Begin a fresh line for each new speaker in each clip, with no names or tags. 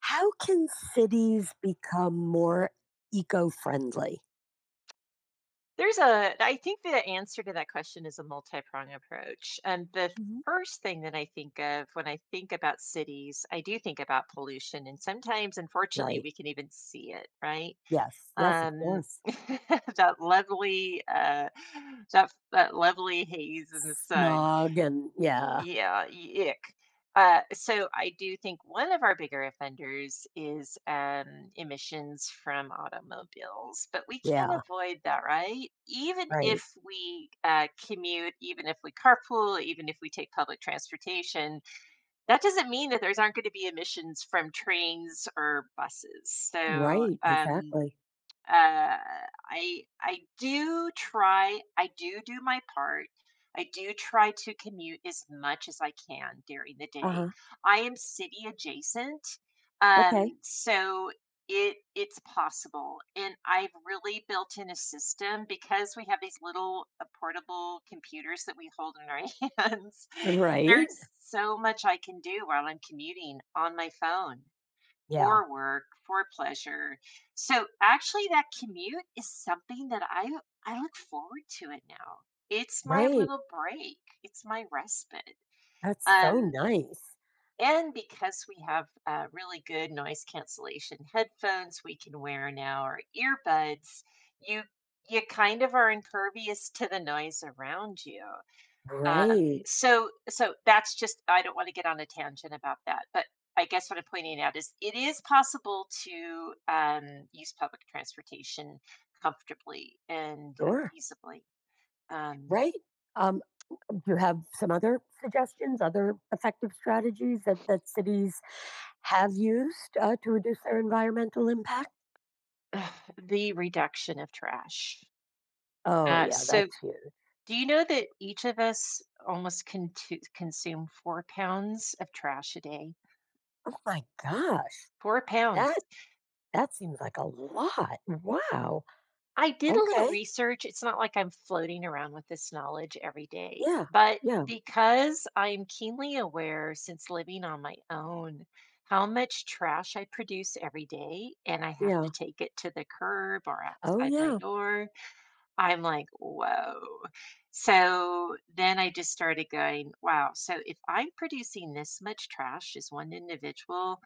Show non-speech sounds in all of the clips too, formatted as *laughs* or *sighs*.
How can cities become more eco friendly?
There's a I think the answer to that question is a multi-pronged approach. And the
hmm
first thing that I think of when I think about cities, I do think about pollution. And sometimes, unfortunately,
Right.
we can even see it, right?
Yes. Yes, of
Um,
course.
*laughs* that lovely, that lovely haze in the sun.
Smog and yeah.
Yeah, ick. So I do think one of our bigger offenders is emissions from automobiles, but we can
Yeah.
avoid that, right? Even
Right.
if we commute, even if we carpool, even if we take public transportation, that doesn't mean that there's aren't going to be emissions from trains or buses. So
Right.
um,
Exactly.
uh, I I do try. I do do my part. I do try to commute as much as I can during the
Uh
day.
huh.
I am city adjacent,
Okay.
so it's possible. And I've really built in a system because we have these little portable computers that we hold in our *laughs* hands.
Right.
There's so much I can do while I'm commuting on my phone
Yeah.
for work, for pleasure. So actually that commute is something that I look forward to it now. It's my
Right.
little break. It's my respite.
That's so
Um
nice.
and because we have really good noise cancellation headphones we can wear now or earbuds, you you kind of are impervious to the noise around you. Um,
Right.
so so that's just I don't want to get on a tangent about that, but I guess what I'm pointing out is it is possible to use public transportation comfortably and
Sure.
feasibly. Um,
Right. Um, do you have some other suggestions, other effective strategies that cities have used to reduce their environmental impact?
*sighs* the reduction of trash.
Oh,
Uh,
yeah,
so,
that's huge.
do you know that each of us almost con- consume 4 pounds of trash a day?
My gosh,
4 pounds.
that that seems like a lot. Wow.
I did a little
Okay.
research. It's not like I'm floating around with this knowledge every day,
Yeah.
but
Yeah.
because I'm keenly aware since living on my own how much trash I produce every day and I have
Yeah.
to take it to the curb or
Oh
outside my
yeah.
door. I'm like, whoa. So then I just started going, wow. So if I'm producing this much trash as one individual,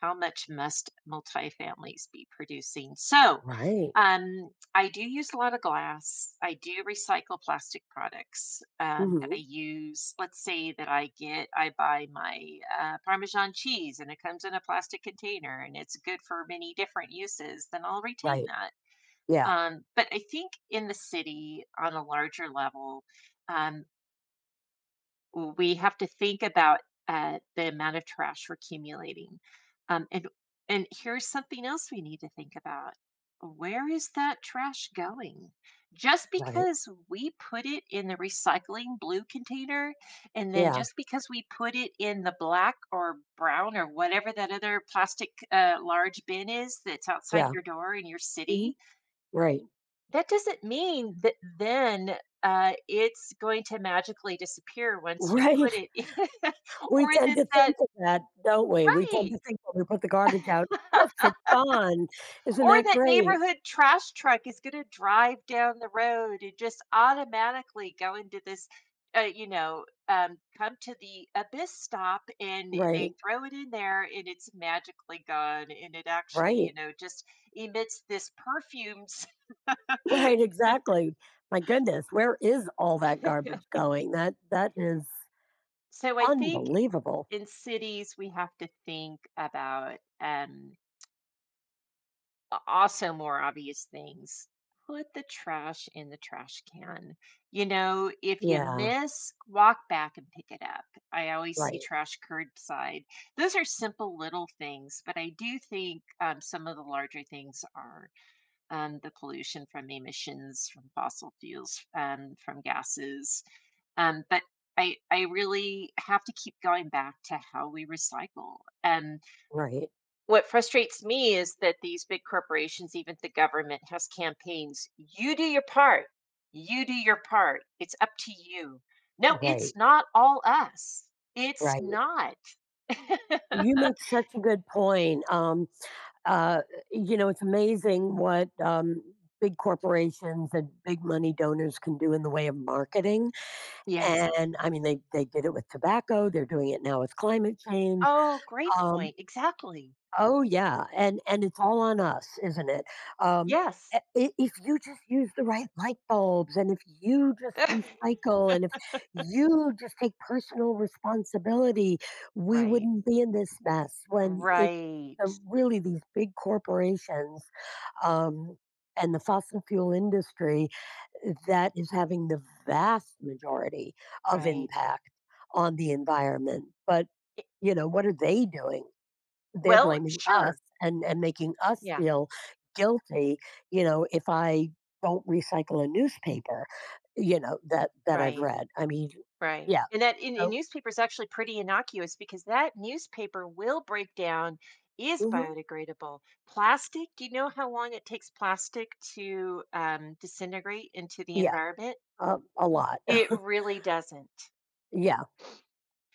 how much must multifamilies be producing? So
Right.
um, I do use a lot of glass. I do recycle plastic products that I
hmm
use. Let's say that I buy my Parmesan cheese and it comes in a plastic container and it's good for many different uses, then I'll retain
Right.
that.
Yeah.
But I think in the city, on a larger level, um, we have to think about the amount of trash we're accumulating. Um, and and here's something else we need to think about: where is that trash going? Just
Right.
because we put it in the recycling blue container, and then
Yeah.
just because we put it in the black or brown or whatever that other plastic large bin is that's outside
Yeah.
your door in your
hmm
city,
Right. *laughs*
that doesn't mean that then, it's going to magically disappear once you
Right.
put it in. *laughs*
We
or
tend
that
to
that
think of that, don't we? We tend
Right.
to think when we put the garbage out, poof,
*laughs*
it's gone. Isn't
Or
that
that
great?
neighborhood trash truck is gonna drive down the road and just automatically go into this, come to the abyss stop and
Right.
they throw it in there and it's magically gone and it actually,
Right.
just emits this perfume.
Right. Exactly. My goodness, where is all that garbage
*laughs*
going? That is
So I think
unbelievable.
in cities, we have to think about also more obvious things. Put the trash in the trash can. You know, if you
Yeah.
miss, walk back and pick it up. I always see
Right.
trash curbside. Those are simple little things, but I do think some of the larger things are the pollution from emissions from fossil fuels, from gases. But I really have to keep going back to how we recycle. And
Right,
what frustrates me is that these big corporations, even the government, has campaigns. You do your part. You do your part. It's up to you. No, it's
right,
not all us. It's
right.
not. *laughs*
You make such a good point. Uh, you know, it's amazing what big corporations and big money donors can do in the way of marketing.
Yes.
And I mean, they did it with tobacco, they're doing it now with climate change.
Oh, great
Um,
point. Exactly.
Oh, yeah, and it's all on us, isn't it? Um,
Yes.
I if you just use the right light bulbs, and if you just
*laughs*
recycle, and if you just take personal responsibility, we
Right.
wouldn't be in this mess when it's
Right.
really these big corporations um, and the fossil fuel industry that is having the vast majority of
Right.
impact on the environment. But,
I
you know, what are they doing? They're
Well,
blaming us
sure.
and making us
Yeah.
feel guilty, you know, if I don't recycle a newspaper, you know, that I've
Right.
read. I mean,
Right.
yeah.
And that in
So
newspaper is actually pretty innocuous because that newspaper will break down, is
mhm,
biodegradable. Plastic, do you know how long it takes plastic to, disintegrate into the
yeah,
environment?
a lot.
It
*laughs*
really doesn't.
Yeah,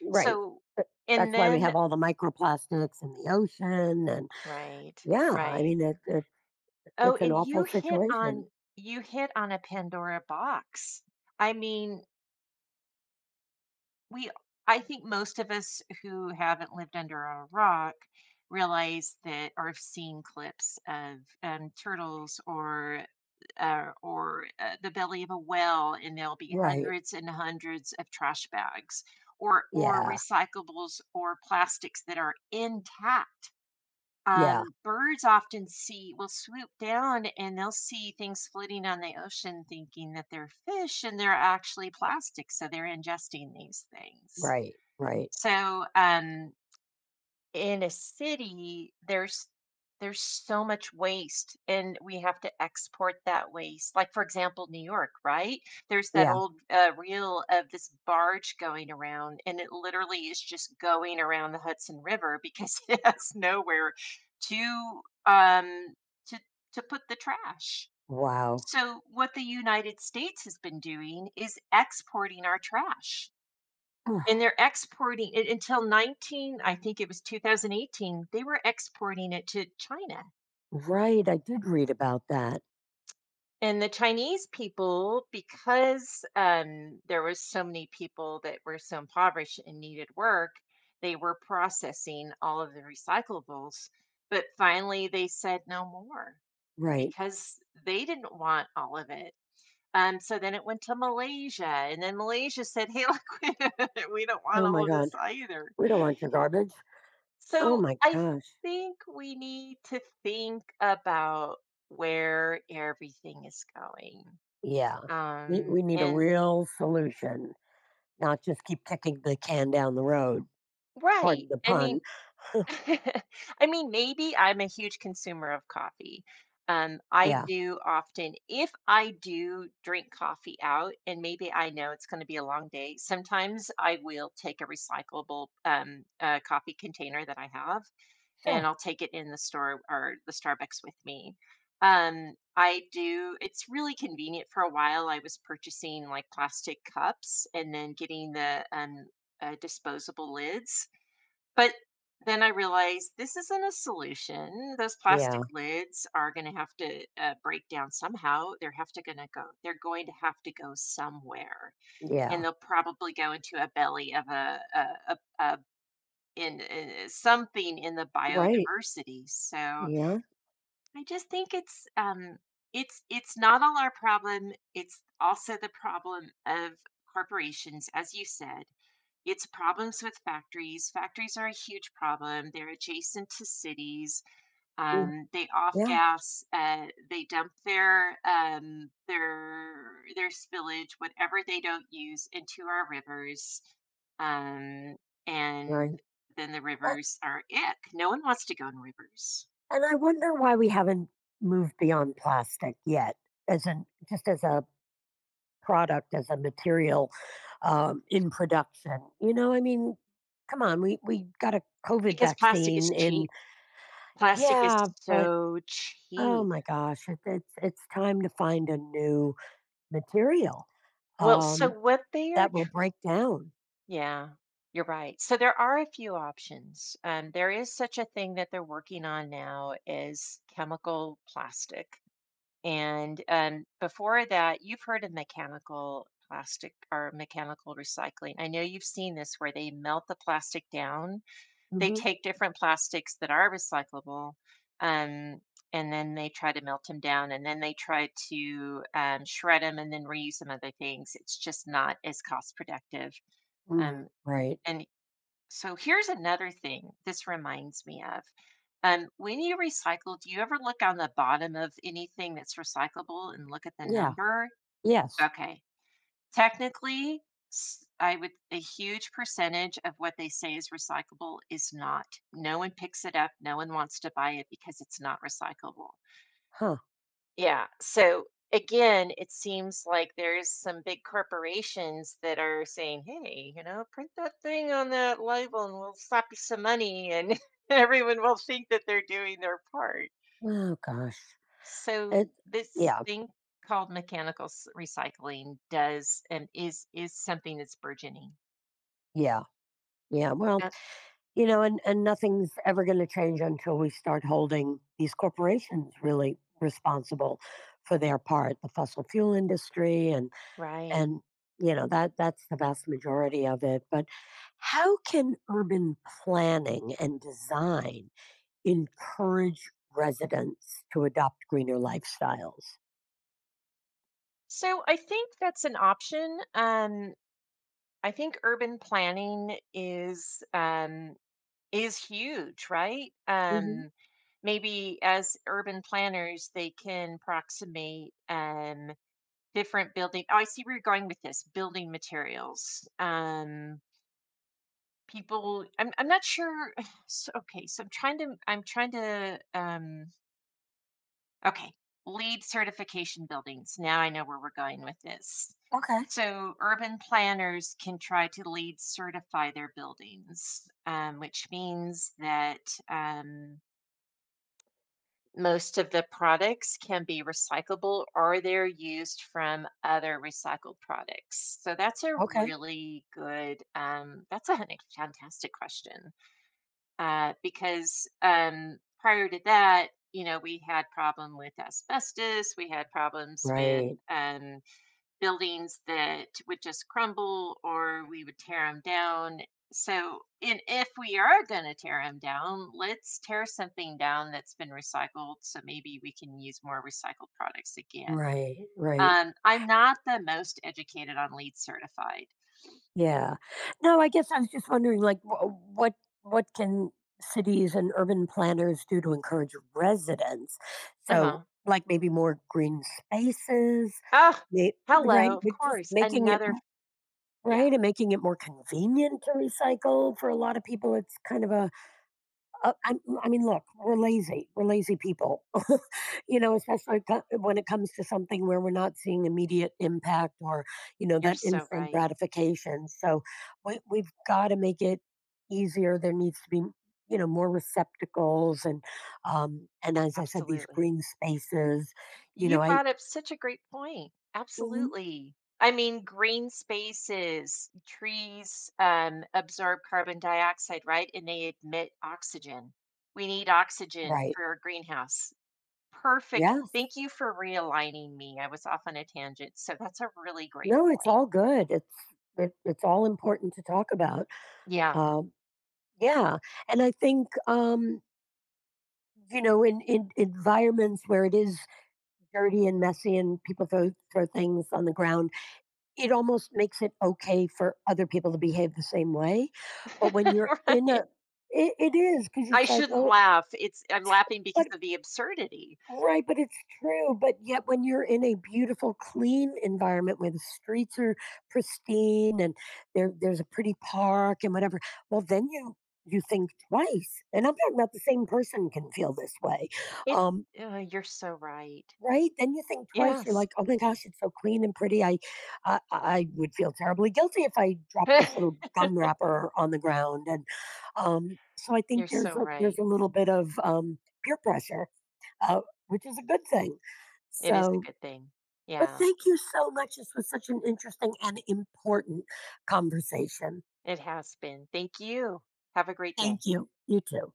right.
So
Th-
and
That's why we
then.
have all the microplastics in the ocean and
Right.
yeah, I
Right.
mean
Oh,
it's an
and
awful situation.
you hit on a Pandora box. I mean we I think most of us who haven't lived under a rock realize that or have seen clips of turtles or the belly of a whale, and there'll be
Right.
hundreds and hundreds of trash bags or
Yeah.
recyclables or plastics that are intact.
Yeah.
Birds often see will swoop down and they'll see things floating on the ocean, thinking that they're fish, and they're actually plastic, so they're ingesting these things.
Right. Right.
So, in a city, there's so much waste, and we have to export that waste. Like for example, New York, right? There's that
Yeah.
old reel of this barge going around, and it literally is just going around the Hudson River because *laughs* it has nowhere to um to to put the trash.
Wow.
So what the United States has been doing is exporting our trash, and they're exporting it until 19 I think it was 2018. They were exporting it to China.
*sighs* Right. I did read about that.
And the Chinese people, because, there was so many people that were so impoverished and needed work, they were processing all of the recyclables, but finally they said no more
Right.
because they didn't want all of it. So then it went to Malaysia, and then Malaysia said, "Hey, *laughs* look, we don't want
Oh
all
my
of
God.
this either."
We don't want your garbage. Oh
So
my
I
gosh.
think we need to think about where everything is going.
Yeah. We, we need a
And
real solution, not just keep kicking the can down the road. Pardon
Right.
the
I
pun.
mean, *laughs* maybe I'm a huge consumer of coffee. I
Yeah.
do often, if I do drink coffee out, and maybe I know it's going to be a long day, sometimes I will take a recyclable coffee container that I have
Sure.
and I'll take it in the store or the Starbucks with me. I do. It's really convenient. For a while, I was purchasing like plastic cups and then getting the disposable lids. But then I realized this isn't a solution. Those plastic
Yeah.
lids are going to have to break down somehow. They're have to going to go. They're going to have to go somewhere, and
Yeah.
they'll probably go into a belly of a, a in something in the
Right.
biodiversity. So I
Yeah.
just think it's not all our problem. It's also the problem of corporations, as you said. It's problems with factories. Factories are a huge problem. They're adjacent to cities.
mm,
They off
Yeah.
gas. They dump their spillage, whatever they don't use, into our rivers, um, and
Right.
then the
A-
rivers are ick. No one wants to go in rivers
And I wonder why we haven't moved beyond plastic yet as an just as a product, as a material in production. You know, I mean, come on, we got a COVID
because plastic
vaccine
is
in,
cheap. Plastic is
yeah, but
so
oh
cheap.
my gosh, it's time to find a new material
Well, so
um,
what they are,
that will
tr-
break down.
yeah, you're right. So there are a few options. There is such a thing that they're working on now is chemical plastic. And before that, you've heard of mechanical plastic or mechanical recycling. I know you've seen this where they melt the plastic down. They
hmm
take different plastics that are recyclable, um, and then they try to melt them down, and then they try to shred them and then reuse some other things. It's just not as cost productive.
Mm,
Um,
right?
and so here's another thing this reminds me of. When you recycle, do you ever look on the bottom of anything that's recyclable and look at the
Yeah.
number?
Yes.
Okay. Technically, I would a huge percentage of what they say is recyclable is not. No one picks it up. No one wants to buy it because it's not recyclable.
Huh.
Yeah. So again, it seems like there's some big corporations that are saying, hey, print that thing on that label and we'll slap you some money and *laughs* everyone will think that they're doing their part.
Oh gosh.
So
It.
this
Yeah.
thing called mechanical recycling does and is something that's burgeoning.
Yeah. Yeah. Well,
Uh,
you know, and nothing's ever going to change until we start holding these corporations really responsible for their part, the fossil fuel industry and
Right.
And, you know, that that's the vast majority of it, but how can urban planning and design encourage residents to adopt greener lifestyles?
So I think that's an option. I think urban planning is huge, right?
hmm
Maybe as urban planners, they can approximate different building. Oh, I see where you're going with this building materials. People, I'm not sure. *sighs* So, okay, so I'm trying to, okay, lead certification buildings. Now I know where we're going with this.
Okay.
So, urban planners can try to lead certify their buildings, which means that um, most of the products can be recyclable or they're used from other recycled products. So that's a
Okay.
really good, that's a hun- fantastic question because prior to that, we had problem with asbestos, we had problems with
Right,
buildings that would just crumble or we would tear them down. So, and if we are going to tear them down, let's tear something down that's been recycled so maybe we can use more recycled products again.
right, right.
I'm not the most educated on LEED certified.
Yeah. No, I guess I was just wondering, like, what can cities and urban planners do to encourage residents? So,
Uh-huh.
like, maybe more green spaces,
Oh,
may, right?
hello. Of
But just
course.
making it
Yeah,
right, and making it more convenient to recycle. For a lot of people, it's kind of a a I I mean, look, we're lazy people, *laughs* you know, especially co when it comes to something where we're not seeing immediate impact or, you know,
you're
that
so
instant
right.
gratification, so we we've gotta make it easier, there needs to be, you know, more receptacles and as I said, these
Absolutely.
green spaces, you know,
You
I
brought up such a great point.
mhm,
Absolutely. I mean, green spaces, trees absorb carbon dioxide, right? And they emit oxygen. We need oxygen
right,
for our greenhouse. Perfect.
yeah.
Thank you for realigning me. I was off on a tangent. So that's a really great
No, it's
point.
all good. It's all important to talk about.
Yeah.
Um, yeah, and I think you know, in environments where it is dirty and messy, and people throw things on the ground, it almost makes it okay for other people to behave the same way. But when you're
*laughs*
in
Right.
a, it is because
I
it's like,
shouldn't
oh,
laugh. It's I'm laughing
what
because of the absurdity.
right, but it's true. But yet, when you're in a beautiful, clean environment where the streets are pristine and there's a pretty park and whatever, well, then you think twice. And I'm talking about the same person can feel this way,
It's
um,
You're so right.
right? Then you think twice. You're
Yes.
like, oh my gosh, it's so clean and pretty. I would feel terribly guilty if I dropped this little
*laughs*
gum wrapper on the ground. And so I think
You're so
there's
right.
a little bit of peer pressure uh, which is a good thing.
It is a
So,
good thing.
but
Yeah,
thank you so much. This was such an interesting and important conversation.
it has been. Thank you. Have a great
Thank
day.
you. You too.